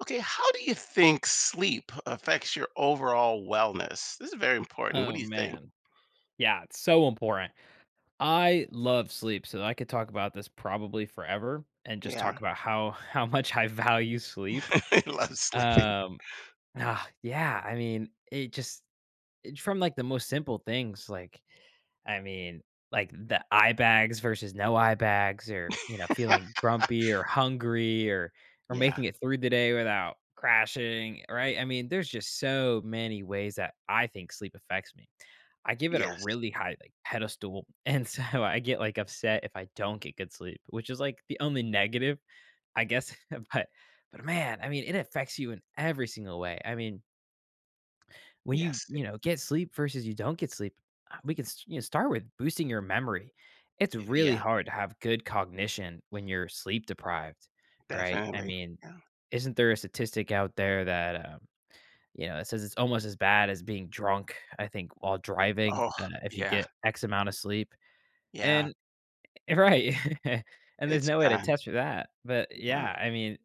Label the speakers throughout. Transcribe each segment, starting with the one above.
Speaker 1: Okay, how do you think sleep affects your overall wellness? This is very important. What
Speaker 2: Oh
Speaker 1: do you think?
Speaker 2: man. Yeah, it's so important. I love sleep, so I could talk about this probably forever and just
Speaker 1: Yeah.
Speaker 2: talk about how how much I value sleep.
Speaker 1: I love sleeping.
Speaker 2: Um, yeah, I mean, it, from like the most simple things like I mean, like the eye bags versus no eye bags, or, feeling grumpy or hungry or
Speaker 1: Yeah.
Speaker 2: making it through the day without crashing, right? I mean, there's just so many ways that I think sleep affects me. I give it a
Speaker 1: Yes.
Speaker 2: really high, like, pedestal, and so I get, like, upset if I don't get good sleep, which is, like, the only negative, I guess, but but, man, I mean, it affects you in every single way. I mean, when you
Speaker 1: Yes.
Speaker 2: get sleep versus you don't get sleep, we can start with boosting your memory. It's really
Speaker 1: Yeah,
Speaker 2: hard to have good cognition when you're sleep deprived, right? I
Speaker 1: definitely.
Speaker 2: mean,
Speaker 1: Yeah.
Speaker 2: isn't there a statistic out there that it says it's almost as bad as being drunk, I think, while driving,
Speaker 1: Oh,
Speaker 2: if you
Speaker 1: yeah.
Speaker 2: get X amount of sleep,
Speaker 1: Yeah.
Speaker 2: and Right, and there's
Speaker 1: It's
Speaker 2: no way to
Speaker 1: bad.
Speaker 2: test for that, but
Speaker 1: Yeah,
Speaker 2: yeah, I mean,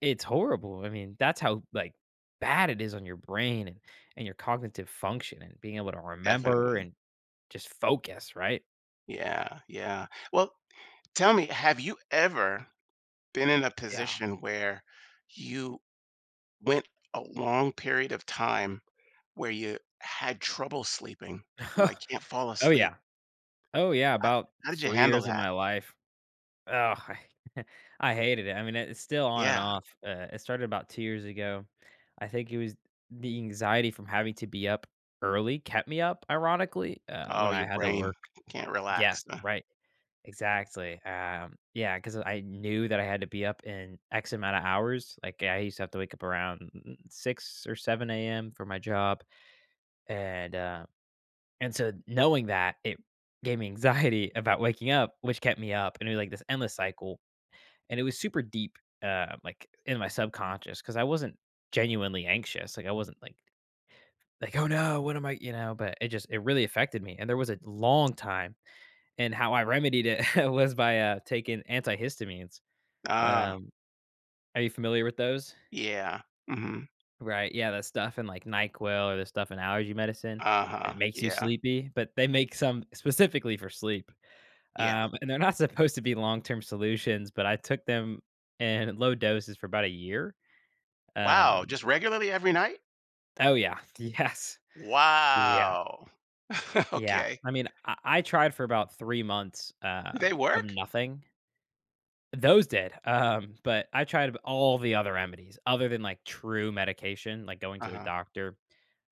Speaker 2: it's horrible, I mean, that's how, like, bad it is on your brain and your cognitive function and being able to remember
Speaker 1: definitely.
Speaker 2: and just focus, right?
Speaker 1: Yeah. Yeah. Well, tell me, have you ever been in a
Speaker 2: Yeah.
Speaker 1: position where you went a long period of time where you had trouble sleeping? Like, can't fall
Speaker 2: Oh,
Speaker 1: asleep?
Speaker 2: yeah. Oh, yeah,
Speaker 1: How
Speaker 2: about
Speaker 1: how did you
Speaker 2: 3
Speaker 1: handle
Speaker 2: years of
Speaker 1: that?
Speaker 2: my life. Oh, I I hated it. I mean, it's still on and
Speaker 1: Yeah.
Speaker 2: off. It started about 2 years ago. I think it was the anxiety from having to be up early kept me up, ironically,
Speaker 1: Oh,
Speaker 2: when I
Speaker 1: your
Speaker 2: had to
Speaker 1: brain
Speaker 2: work.
Speaker 1: can't relax,
Speaker 2: Yes,
Speaker 1: huh?
Speaker 2: right. Exactly. Yeah, because I knew that I had to be up in X amount of hours. Like, I used to have to wake up around 6 or 7 a.m. for my job, and, uh, and so knowing that, it gave me anxiety about waking up, which kept me up, and it was like this endless cycle and it was super deep, like in my subconscious because I wasn't genuinely anxious. Like I wasn't like oh no, what am I? You know, but it really affected me. And there was a long time, and how I remedied it was by taking antihistamines.
Speaker 1: Ah,
Speaker 2: Um, are you familiar with those?
Speaker 1: yeah. Mhm.
Speaker 2: Right, yeah, that stuff in like Nyquil or the stuff in allergy medicine that
Speaker 1: Uh-huh.
Speaker 2: makes you
Speaker 1: Yeah,
Speaker 2: sleepy, but they make some specifically for sleep.
Speaker 1: yeah.
Speaker 2: And they're not supposed to be long term solutions, but I took them in low doses for about a year.
Speaker 1: Wow,
Speaker 2: Um,
Speaker 1: just regularly every night?
Speaker 2: Oh, yeah. Yes. Yeah,
Speaker 1: Wow.
Speaker 2: yeah.
Speaker 1: Okay.
Speaker 2: I mean, I tried for about 3 months,
Speaker 1: Do they
Speaker 2: of
Speaker 1: work?
Speaker 2: nothing. Those did, but I tried all the other remedies other than, like, true medication, like going to the
Speaker 1: Uh-huh.
Speaker 2: doctor,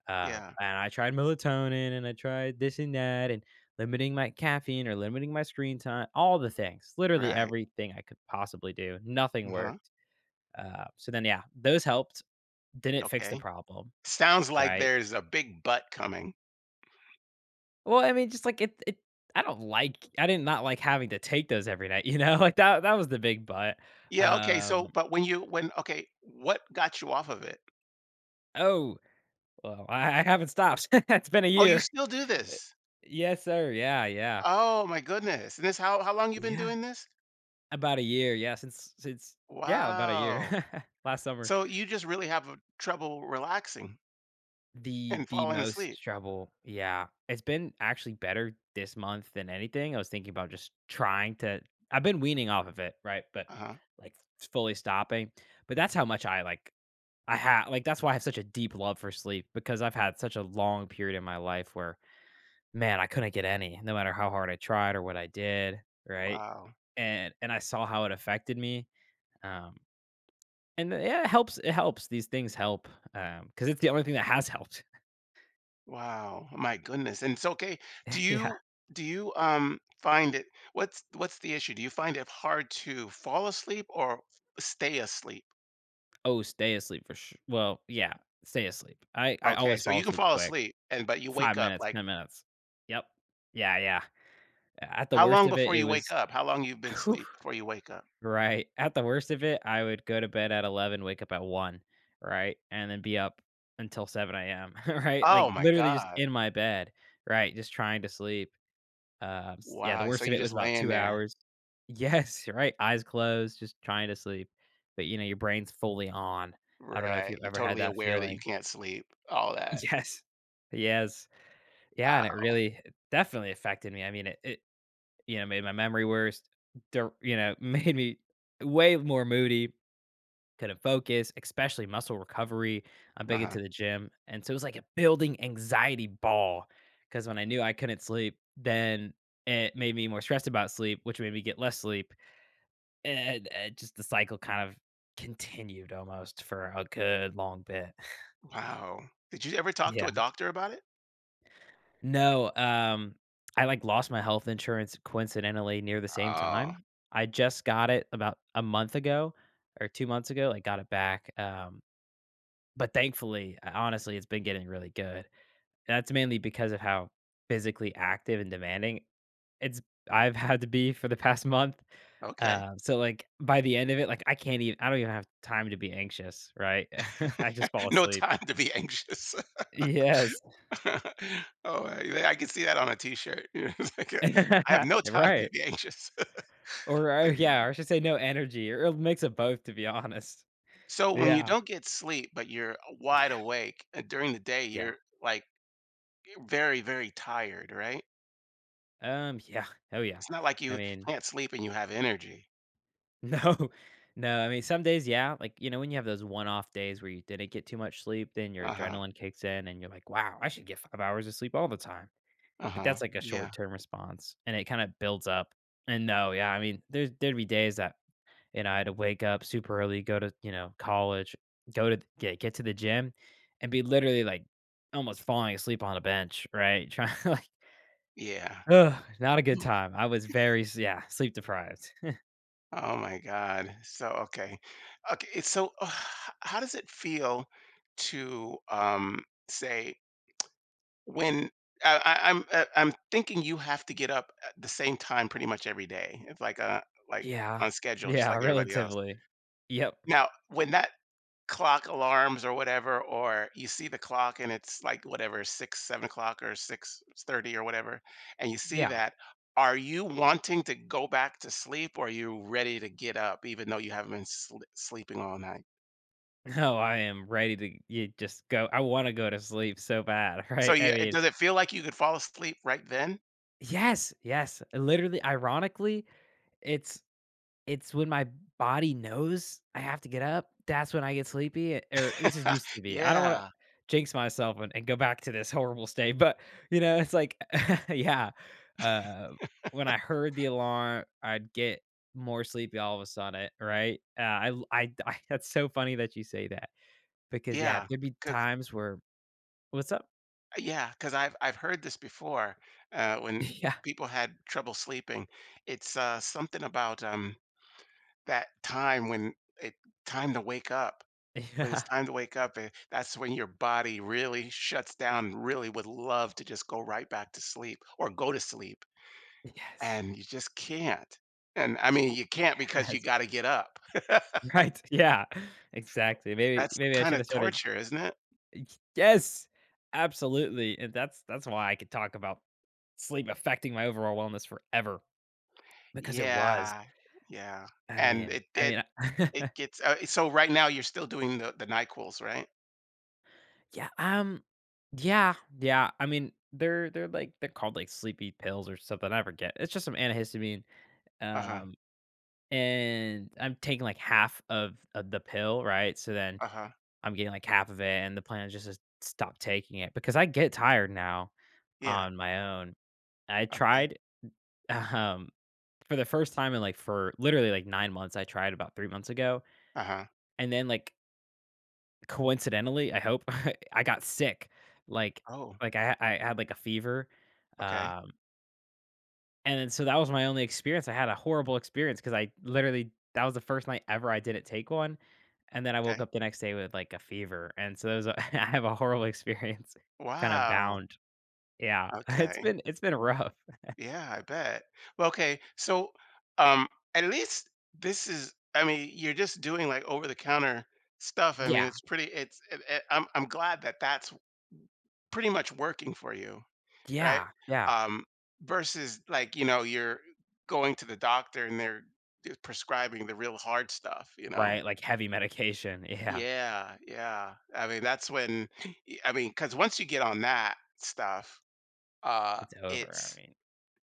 Speaker 1: Yeah,
Speaker 2: and I tried melatonin, and I tried this and that, and limiting my caffeine or limiting my screen time, all the things, literally
Speaker 1: right.
Speaker 2: everything I could possibly do. Nothing
Speaker 1: Uh-huh.
Speaker 2: worked. So then, yeah, those helped. Didn't fix the
Speaker 1: Okay.
Speaker 2: problem,
Speaker 1: Sounds like
Speaker 2: right?
Speaker 1: there's a big butt coming.
Speaker 2: Well, I mean, just like it, I did not like having to take those every night, you know? Like that was the big but.
Speaker 1: Yeah, okay, so
Speaker 2: Um,
Speaker 1: but when you when okay, what got you off of it?
Speaker 2: oh, well, I haven't stopped. It's been a
Speaker 1: Oh, you
Speaker 2: year.
Speaker 1: still do this?
Speaker 2: Yes, sir. Yeah, yeah.
Speaker 1: Oh my goodness, and this how long you been
Speaker 2: Yeah.
Speaker 1: doing this?
Speaker 2: About a year, yeah, since, yeah, about a year.
Speaker 1: Wow.
Speaker 2: Last summer.
Speaker 1: So you just really have a trouble relaxing
Speaker 2: The
Speaker 1: and
Speaker 2: the
Speaker 1: falling asleep.
Speaker 2: most trouble. Yeah. It's been actually better this month than anything. I was thinking about just trying to I've been weaning off of it, right? But
Speaker 1: Uh-huh.
Speaker 2: like fully stopping. But that's how much I like I ha like, that's why I have such a deep love for sleep because I've had such a long period in my life where, man, I couldn't get any no matter how hard I tried or what I did, right?
Speaker 1: Wow.
Speaker 2: And I saw how it affected me. Um, yeah, it helps. It helps. These things help because it's the only thing that has helped.
Speaker 1: Wow. My goodness. And it's okay. Do
Speaker 2: Yeah.
Speaker 1: you do you find it, what's the issue? Do you find it hard to fall asleep or stay asleep?
Speaker 2: Oh, stay asleep for sure. Well, yeah, stay asleep. I
Speaker 1: Okay,
Speaker 2: always
Speaker 1: so
Speaker 2: fall
Speaker 1: you can
Speaker 2: asleep
Speaker 1: fall
Speaker 2: quick.
Speaker 1: asleep and but you wake
Speaker 2: Five
Speaker 1: up
Speaker 2: minutes,
Speaker 1: like
Speaker 2: 10 minutes. Yep. Yeah, yeah. At the
Speaker 1: how
Speaker 2: worst
Speaker 1: long
Speaker 2: of it,
Speaker 1: before
Speaker 2: it
Speaker 1: you wake
Speaker 2: was.
Speaker 1: up? How long you've been asleep before you wake up?
Speaker 2: Right. At the worst of it, I would go to bed at 11, wake up at 1, right? And then be up until 7 a.m., right?
Speaker 1: Oh
Speaker 2: Like,
Speaker 1: my
Speaker 2: literally just
Speaker 1: God.
Speaker 2: in my bed, right? Just trying to sleep. S Yeah, the
Speaker 1: Wow. So
Speaker 2: worst of
Speaker 1: you're
Speaker 2: it
Speaker 1: just
Speaker 2: was about
Speaker 1: laying
Speaker 2: 2
Speaker 1: there.
Speaker 2: hours. Yes, right, eyes closed, just trying to sleep. But, your brain's fully on. I don't know if
Speaker 1: Right.
Speaker 2: you've
Speaker 1: You're
Speaker 2: ever had
Speaker 1: totally
Speaker 2: that
Speaker 1: aware that you
Speaker 2: feeling.
Speaker 1: can't sleep, all that.
Speaker 2: Yes. Yes. Yeah, and
Speaker 1: Wow.
Speaker 2: it definitely affected me. I mean, it made my memory worse, made me way more moody couldn't focus, especially muscle recovery. I'm big
Speaker 1: Uh-huh.
Speaker 2: into the gym. And so it was like a building anxiety ball because when I knew I couldn't sleep, then it made me more stressed about sleep, which made me get less sleep. And just the cycle kind of continued almost for a good long bit.
Speaker 1: Wow. Did you ever talk to a
Speaker 2: Yeah.
Speaker 1: doctor about it?
Speaker 2: No, I like lost my health insurance coincidentally near the same
Speaker 1: Oh,
Speaker 2: time. I just got it about a month ago or 2 months ago. Like got it back. But thankfully, honestly, it's been getting really good. That's mainly because of how physically active and demanding it's I've had to be for the past month.
Speaker 1: okay.
Speaker 2: So like by the end of it, like I don't even have time to be anxious, right? I just fall
Speaker 1: No
Speaker 2: asleep.
Speaker 1: time to be anxious.
Speaker 2: Yes.
Speaker 1: Oh, I yeah, I could see that on a t-shirt. It's like, I have no time to
Speaker 2: Right.
Speaker 1: be anxious.
Speaker 2: Or oh
Speaker 1: My
Speaker 2: yeah,
Speaker 1: goodness.
Speaker 2: or I should say no energy or a mix of both to be honest.
Speaker 1: So when you
Speaker 2: Yeah.
Speaker 1: don't get sleep, but you're wide
Speaker 2: Yeah.
Speaker 1: awake during the day,
Speaker 2: Yeah.
Speaker 1: you're like very, very tired, right?
Speaker 2: Yeah. Oh yeah.
Speaker 1: It's not like
Speaker 2: I
Speaker 1: you
Speaker 2: mean.
Speaker 1: can't sleep and you have energy.
Speaker 2: No, no. I mean, some days, yeah, like when you have those one-off days where you didn't get too much sleep, then your
Speaker 1: Uh-huh.
Speaker 2: adrenaline kicks in, and you're like, "Wow, I should get 5 hours of sleep all the time." But
Speaker 1: Uh-huh.
Speaker 2: that's like a
Speaker 1: Yeah.
Speaker 2: short-term response, and it kind of builds up. And no, yeah, I mean, there'd be days that I had to wake up super early, go to college, go to get to the gym, and be literally like almost falling asleep on a bench, right? Trying like,
Speaker 1: Yeah.
Speaker 2: ugh, not a good time. I was very yeah, sleep deprived.
Speaker 1: Oh my God. So okay. Okay, so how does it feel to say when I'm thinking you have to get up at the same time pretty much every day. It's like a like
Speaker 2: Yeah.
Speaker 1: on schedule, just
Speaker 2: Yeah,
Speaker 1: like everybody else.
Speaker 2: relatively. Yep.
Speaker 1: Now, when that clock alarms or whatever, or you see the clock and it's like whatever, 6, 7 o'clock or 6:30 or whatever, and you see
Speaker 2: Yeah.
Speaker 1: that, are you wanting to go back to sleep or are you ready to get up even though you haven't been sl sleeping all night?
Speaker 2: No, I am ready to you just go. I want to go to sleep so bad,
Speaker 1: So,
Speaker 2: right? I
Speaker 1: yeah, it
Speaker 2: mean,
Speaker 1: does it feel like you could fall asleep right then?
Speaker 2: yes, yes. Literally, ironically, it's It's when my body knows I have to get up, that's when I get sleepy, or this is used to be. I don't wanna
Speaker 1: Yeah,
Speaker 2: jinx myself and go back to this horrible state, but, it's like yeah, uh, when I heard the alarm, I'd get more sleepy all of a sudden, right? I l I I that's so funny that you say that because, yeah,
Speaker 1: yeah,
Speaker 2: there'd be
Speaker 1: cause
Speaker 2: times where what's up?
Speaker 1: yeah, because yeah, 'cause I've heard this before, when
Speaker 2: Yeah,
Speaker 1: people had trouble sleeping. It's, something about, that time when it time to wake up. When
Speaker 2: yeah,
Speaker 1: it's time to wake up, that's when your body really shuts down, really would love to just go right back to sleep or go to sleep,
Speaker 2: yes,
Speaker 1: and you just can't. And, I mean, you can't because you
Speaker 2: yes,
Speaker 1: gotta get up.
Speaker 2: right, yeah, exactly. Maybe
Speaker 1: That's
Speaker 2: maybe I should
Speaker 1: kinda
Speaker 2: have started
Speaker 1: torture, isn't it?
Speaker 2: yes, absolutely, and that's why I could talk about sleep affecting my overall wellness forever, because it was.
Speaker 1: Yeah, yeah,
Speaker 2: I
Speaker 1: and
Speaker 2: mean
Speaker 1: it
Speaker 2: I
Speaker 1: it
Speaker 2: mean,
Speaker 1: it
Speaker 2: I-
Speaker 1: gets so right now you're still doing the NyQuils, right?
Speaker 2: Yeah, yeah, yeah, I mean, like they're called, like, sleepy pills or something, I forget. It's just some antihistamine,
Speaker 1: Uh-huh,
Speaker 2: um, and I'm taking, like, half of the pill, right? So then
Speaker 1: uh-huh,
Speaker 2: I'm getting, like, half of it, and the plan is just to stop taking it because I get tired now
Speaker 1: yeah,
Speaker 2: on my own. I
Speaker 1: okay,
Speaker 2: tried, um for the first time in like for literally like 9 months, I tried about 3 months ago,
Speaker 1: uh-huh.
Speaker 2: and then like coincidentally, I hope, I got sick. Like
Speaker 1: Oh,
Speaker 2: like I had like a fever,
Speaker 1: okay,
Speaker 2: um, and then so that was my only experience. I had a horrible experience because I literally that was the first night ever I didn't take one, and then I woke
Speaker 1: okay.
Speaker 2: up the next day with like a fever, and so it was a I have a horrible experience kind of
Speaker 1: Wow,
Speaker 2: bound. Yeah, it's
Speaker 1: okay.
Speaker 2: been it's been rough.
Speaker 1: Yeah, I bet. Well, okay, so, um, at least this is I mean, you're just doing, like, over the counter stuff, I mean,
Speaker 2: Yeah,
Speaker 1: it's pretty it's it it I'm glad that that's pretty much working for you, right?
Speaker 2: yeah, yeah,
Speaker 1: Um, versus, like, you're going to the doctor and they're prescribing the real hard stuff, you know?
Speaker 2: right, like heavy medication. Yeah,
Speaker 1: Yeah, yeah. I mean, that's when I mean, because once you get on that stuff, uh,
Speaker 2: it's over, I
Speaker 1: it's
Speaker 2: mean.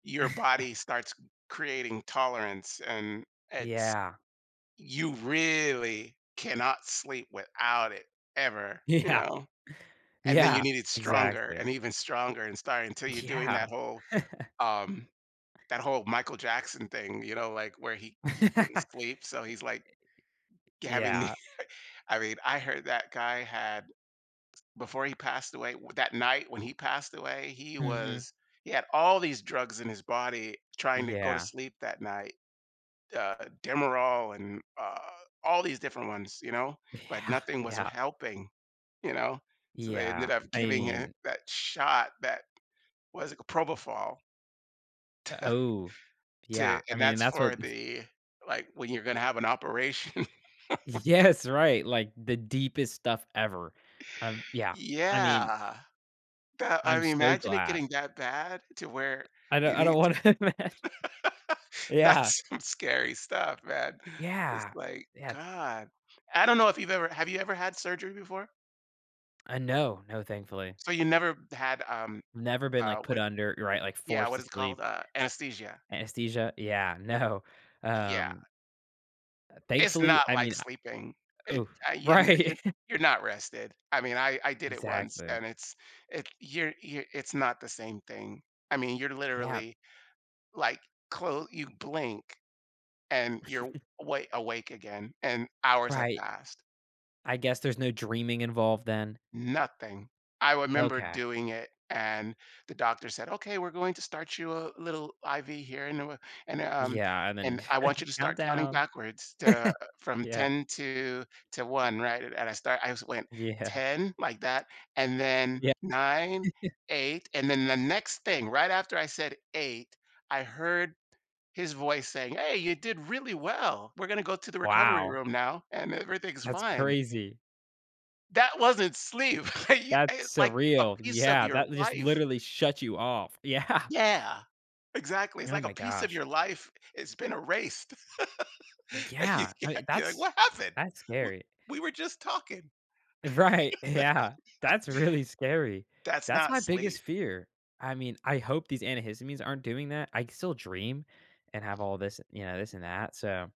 Speaker 1: your body starts creating tolerance and it's
Speaker 2: Yeah.
Speaker 1: you really cannot sleep without it ever
Speaker 2: Yeah.
Speaker 1: and then you
Speaker 2: Yeah.
Speaker 1: need it stronger
Speaker 2: Exactly.
Speaker 1: and even stronger and start until you're doing
Speaker 2: Yeah.
Speaker 1: um that whole Michael Jackson thing, like where he couldn't sleep so he's like having the-
Speaker 2: Yeah.
Speaker 1: I mean I heard that guy had before he passed away, that night when he passed away
Speaker 2: Mhm.
Speaker 1: he had all these drugs in his body trying to go to
Speaker 2: Yeah.
Speaker 1: sleep that night, uh, Demerol and all these different ones, but
Speaker 2: Yeah.
Speaker 1: nothing was
Speaker 2: Yeah.
Speaker 1: helping, you know. So they ended
Speaker 2: Yeah.
Speaker 1: up
Speaker 2: I
Speaker 1: giving it
Speaker 2: mean
Speaker 1: that shot that was like a propofol
Speaker 2: oh,
Speaker 1: to,
Speaker 2: yeah. I
Speaker 1: and
Speaker 2: mean, and
Speaker 1: that's
Speaker 2: that's
Speaker 1: for
Speaker 2: what
Speaker 1: the like when you're gonna have an operation.
Speaker 2: Yes, right, like, the deepest stuff ever. Yeah. I mean,
Speaker 1: yeah, that I
Speaker 2: I'm
Speaker 1: mean,
Speaker 2: so
Speaker 1: imagine it
Speaker 2: glad.
Speaker 1: getting that bad to where
Speaker 2: I don't
Speaker 1: you
Speaker 2: I
Speaker 1: need
Speaker 2: don't
Speaker 1: to.
Speaker 2: wanna imagine. Yeah.
Speaker 1: That's some scary stuff, man. It's
Speaker 2: Yeah.
Speaker 1: like
Speaker 2: Yeah.
Speaker 1: God. I don't know, if you've ever have you ever had surgery before?
Speaker 2: No, no, thankfully.
Speaker 1: So you never had
Speaker 2: Never been, like, put
Speaker 1: what
Speaker 2: under, right, like,
Speaker 1: yeah,
Speaker 2: forced
Speaker 1: what
Speaker 2: to
Speaker 1: is it called?
Speaker 2: sleep.
Speaker 1: Anesthesia.
Speaker 2: Anesthesia? Yeah, no.
Speaker 1: Yeah,
Speaker 2: Um
Speaker 1: it's
Speaker 2: Thankfully,
Speaker 1: not
Speaker 2: I
Speaker 1: like
Speaker 2: mean,
Speaker 1: sleeping.
Speaker 2: I
Speaker 1: It
Speaker 2: oof
Speaker 1: you n
Speaker 2: right.
Speaker 1: you're not rested. I mean, I did it once,
Speaker 2: Exactly.
Speaker 1: and it's it you're it's not the same thing. I mean, you're
Speaker 2: Yeah,
Speaker 1: literally, like, close. You blink, and you're wa awake again, and hours have
Speaker 2: right.
Speaker 1: passed.
Speaker 2: I guess there's no dreaming involved then.
Speaker 1: Nothing. I remember
Speaker 2: Okay.
Speaker 1: doing it, and the doctor said, "Okay, we're going to start you a little IV here, and and um,
Speaker 2: Yeah, and then
Speaker 1: and I want you to start counting
Speaker 2: countdown.
Speaker 1: backwards to from
Speaker 2: Yeah.
Speaker 1: 10 to one, right?" And I just went
Speaker 2: Yeah.
Speaker 1: 10 like that, and then
Speaker 2: Yeah.
Speaker 1: nine, eight, and then the next thing, right after I said eight, I heard his voice saying, "Hey, you did really well. We're gonna go to the recovery
Speaker 2: Wow.
Speaker 1: room now, and everything's
Speaker 2: That's
Speaker 1: fine."
Speaker 2: crazy.
Speaker 1: That wasn't sleep. It's
Speaker 2: That's
Speaker 1: like a
Speaker 2: surreal.
Speaker 1: piece of
Speaker 2: Yeah,
Speaker 1: your
Speaker 2: that just
Speaker 1: life.
Speaker 2: literally shut you off. Yeah.
Speaker 1: Yeah. Exactly. It's
Speaker 2: Oh
Speaker 1: like a
Speaker 2: my
Speaker 1: piece of
Speaker 2: gosh.
Speaker 1: your life it's been erased. And you
Speaker 2: Yeah. I
Speaker 1: can't
Speaker 2: mean,
Speaker 1: you're like,
Speaker 2: that's
Speaker 1: "What happened?
Speaker 2: that's
Speaker 1: W
Speaker 2: scary.
Speaker 1: we were just talking."
Speaker 2: Right, yeah. That's really scary.
Speaker 1: That's
Speaker 2: That's
Speaker 1: not
Speaker 2: my biggest
Speaker 1: sleep.
Speaker 2: fear. I mean, I hope these antihistamines aren't doing that. I still dream and have all this, this and that, so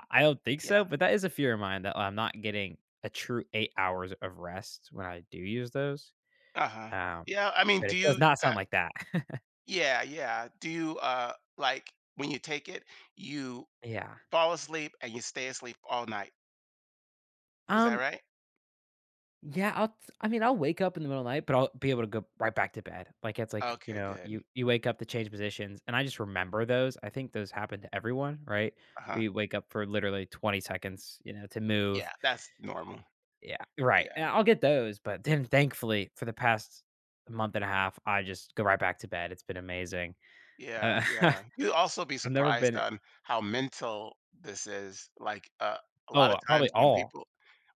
Speaker 2: I don't think so,
Speaker 1: Yeah.
Speaker 2: but that is a fear of mine that I'm not getting a true 8 hours of rest when I do use those,
Speaker 1: Uh-huh.
Speaker 2: um,
Speaker 1: Yeah, I mean,
Speaker 2: but
Speaker 1: do
Speaker 2: it does
Speaker 1: you
Speaker 2: not sound like that.
Speaker 1: yeah, yeah. Do you, like, when you take it, you
Speaker 2: Yeah.
Speaker 1: fall asleep and you stay asleep all night. Is that
Speaker 2: Um
Speaker 1: right?
Speaker 2: Yeah, I mean, I'll wake up in the middle of the night, but I'll be able to go right back to bed. Like, it's like, you
Speaker 1: Okay,
Speaker 2: know,
Speaker 1: good.
Speaker 2: you wake up to change positions, and I just remember those. I think those happen to everyone, right? Where
Speaker 1: Uh-huh.
Speaker 2: you wake up for literally 20 seconds, to
Speaker 1: Yeah,
Speaker 2: move.
Speaker 1: that's normal.
Speaker 2: Yeah, right.
Speaker 1: Yeah.
Speaker 2: And I'll get those, but then thankfully for the past month and a half, I just go right back to bed. It's been amazing.
Speaker 1: Yeah,
Speaker 2: Uh, I've
Speaker 1: yeah. You'll also be
Speaker 2: never
Speaker 1: surprised
Speaker 2: been
Speaker 1: on how mental this is. Like, a lot of
Speaker 2: oh,
Speaker 1: times
Speaker 2: probably
Speaker 1: when
Speaker 2: all.
Speaker 1: people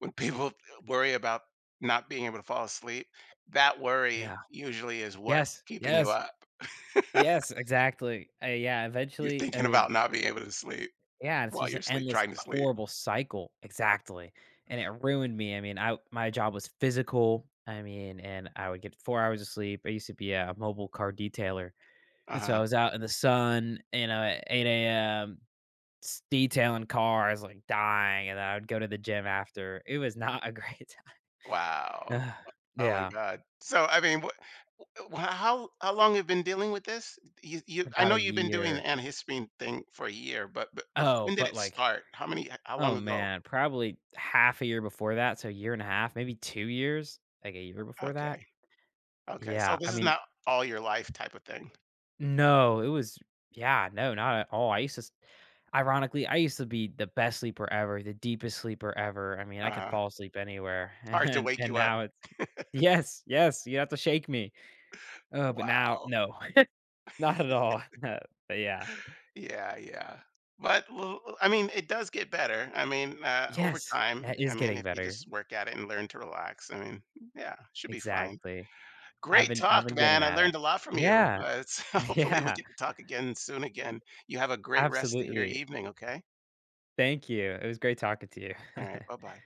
Speaker 1: when people worry about not being able to fall asleep, that
Speaker 2: Yeah.
Speaker 1: worry usually is what
Speaker 2: Yes.
Speaker 1: keeping you
Speaker 2: Yes.
Speaker 1: up.
Speaker 2: Yes, exactly. Yeah,
Speaker 1: You're
Speaker 2: eventually, I
Speaker 1: thinking about
Speaker 2: mean.
Speaker 1: not being able to sleep
Speaker 2: Yeah, it's
Speaker 1: while
Speaker 2: just an
Speaker 1: you're sleep
Speaker 2: endless,
Speaker 1: trying to sleep.
Speaker 2: horrible cycle. Exactly, and it ruined me. I mean, I my job was physical. I mean, and I would get 4 hours of sleep. I used to be a mobile car detailer, and so I
Speaker 1: Uh-huh.
Speaker 2: was out in the sun, at 8 a.m. detailing cars, like dying, and then I would go to the gym after. It was not a great time.
Speaker 1: Wow.
Speaker 2: Ugh,
Speaker 1: Oh my
Speaker 2: yeah,
Speaker 1: God. So, I mean, how long have you been dealing with this? I
Speaker 2: about
Speaker 1: know
Speaker 2: a
Speaker 1: you've been doing the
Speaker 2: year.
Speaker 1: antihistamine thing for a year, but
Speaker 2: Oh,
Speaker 1: when did
Speaker 2: but
Speaker 1: it
Speaker 2: like,
Speaker 1: start? How many? How
Speaker 2: oh
Speaker 1: long ago?
Speaker 2: man, probably half a year before that. So a year and a half, maybe 2 years, like a year before that.
Speaker 1: Okay, okay, so
Speaker 2: Yeah, I
Speaker 1: this is
Speaker 2: mean,
Speaker 1: not all your life type of thing.
Speaker 2: no, it was yeah, no, not at all. I used to s ironically, I used to be the best sleeper ever, the deepest sleeper ever. I mean, I could
Speaker 1: uh
Speaker 2: fall asleep anywhere,
Speaker 1: Hard to
Speaker 2: and
Speaker 1: wake
Speaker 2: and
Speaker 1: you up.
Speaker 2: now it's yes, yes, you have to shake me. Oh, but now,
Speaker 1: Wow.
Speaker 2: no, not at all. But yeah.
Speaker 1: Yeah, yeah. But l l I mean, it does get better. I mean, over
Speaker 2: Yes,
Speaker 1: time,
Speaker 2: it
Speaker 1: I
Speaker 2: is
Speaker 1: mean,
Speaker 2: getting
Speaker 1: if you
Speaker 2: better.
Speaker 1: just work at it and learn to relax, I mean, yeah, should be fine.
Speaker 2: Exactly. I've
Speaker 1: Great
Speaker 2: been I've
Speaker 1: talk,
Speaker 2: been getting
Speaker 1: man. I
Speaker 2: at
Speaker 1: learned
Speaker 2: it.
Speaker 1: a lot from you.
Speaker 2: Yeah,
Speaker 1: It's hopefully we
Speaker 2: yeah,
Speaker 1: get to talk again soon again. You have a great rest of your
Speaker 2: absolutely.
Speaker 1: evening, okay?
Speaker 2: Thank you. It was great talking to you.
Speaker 1: All right, bye-bye.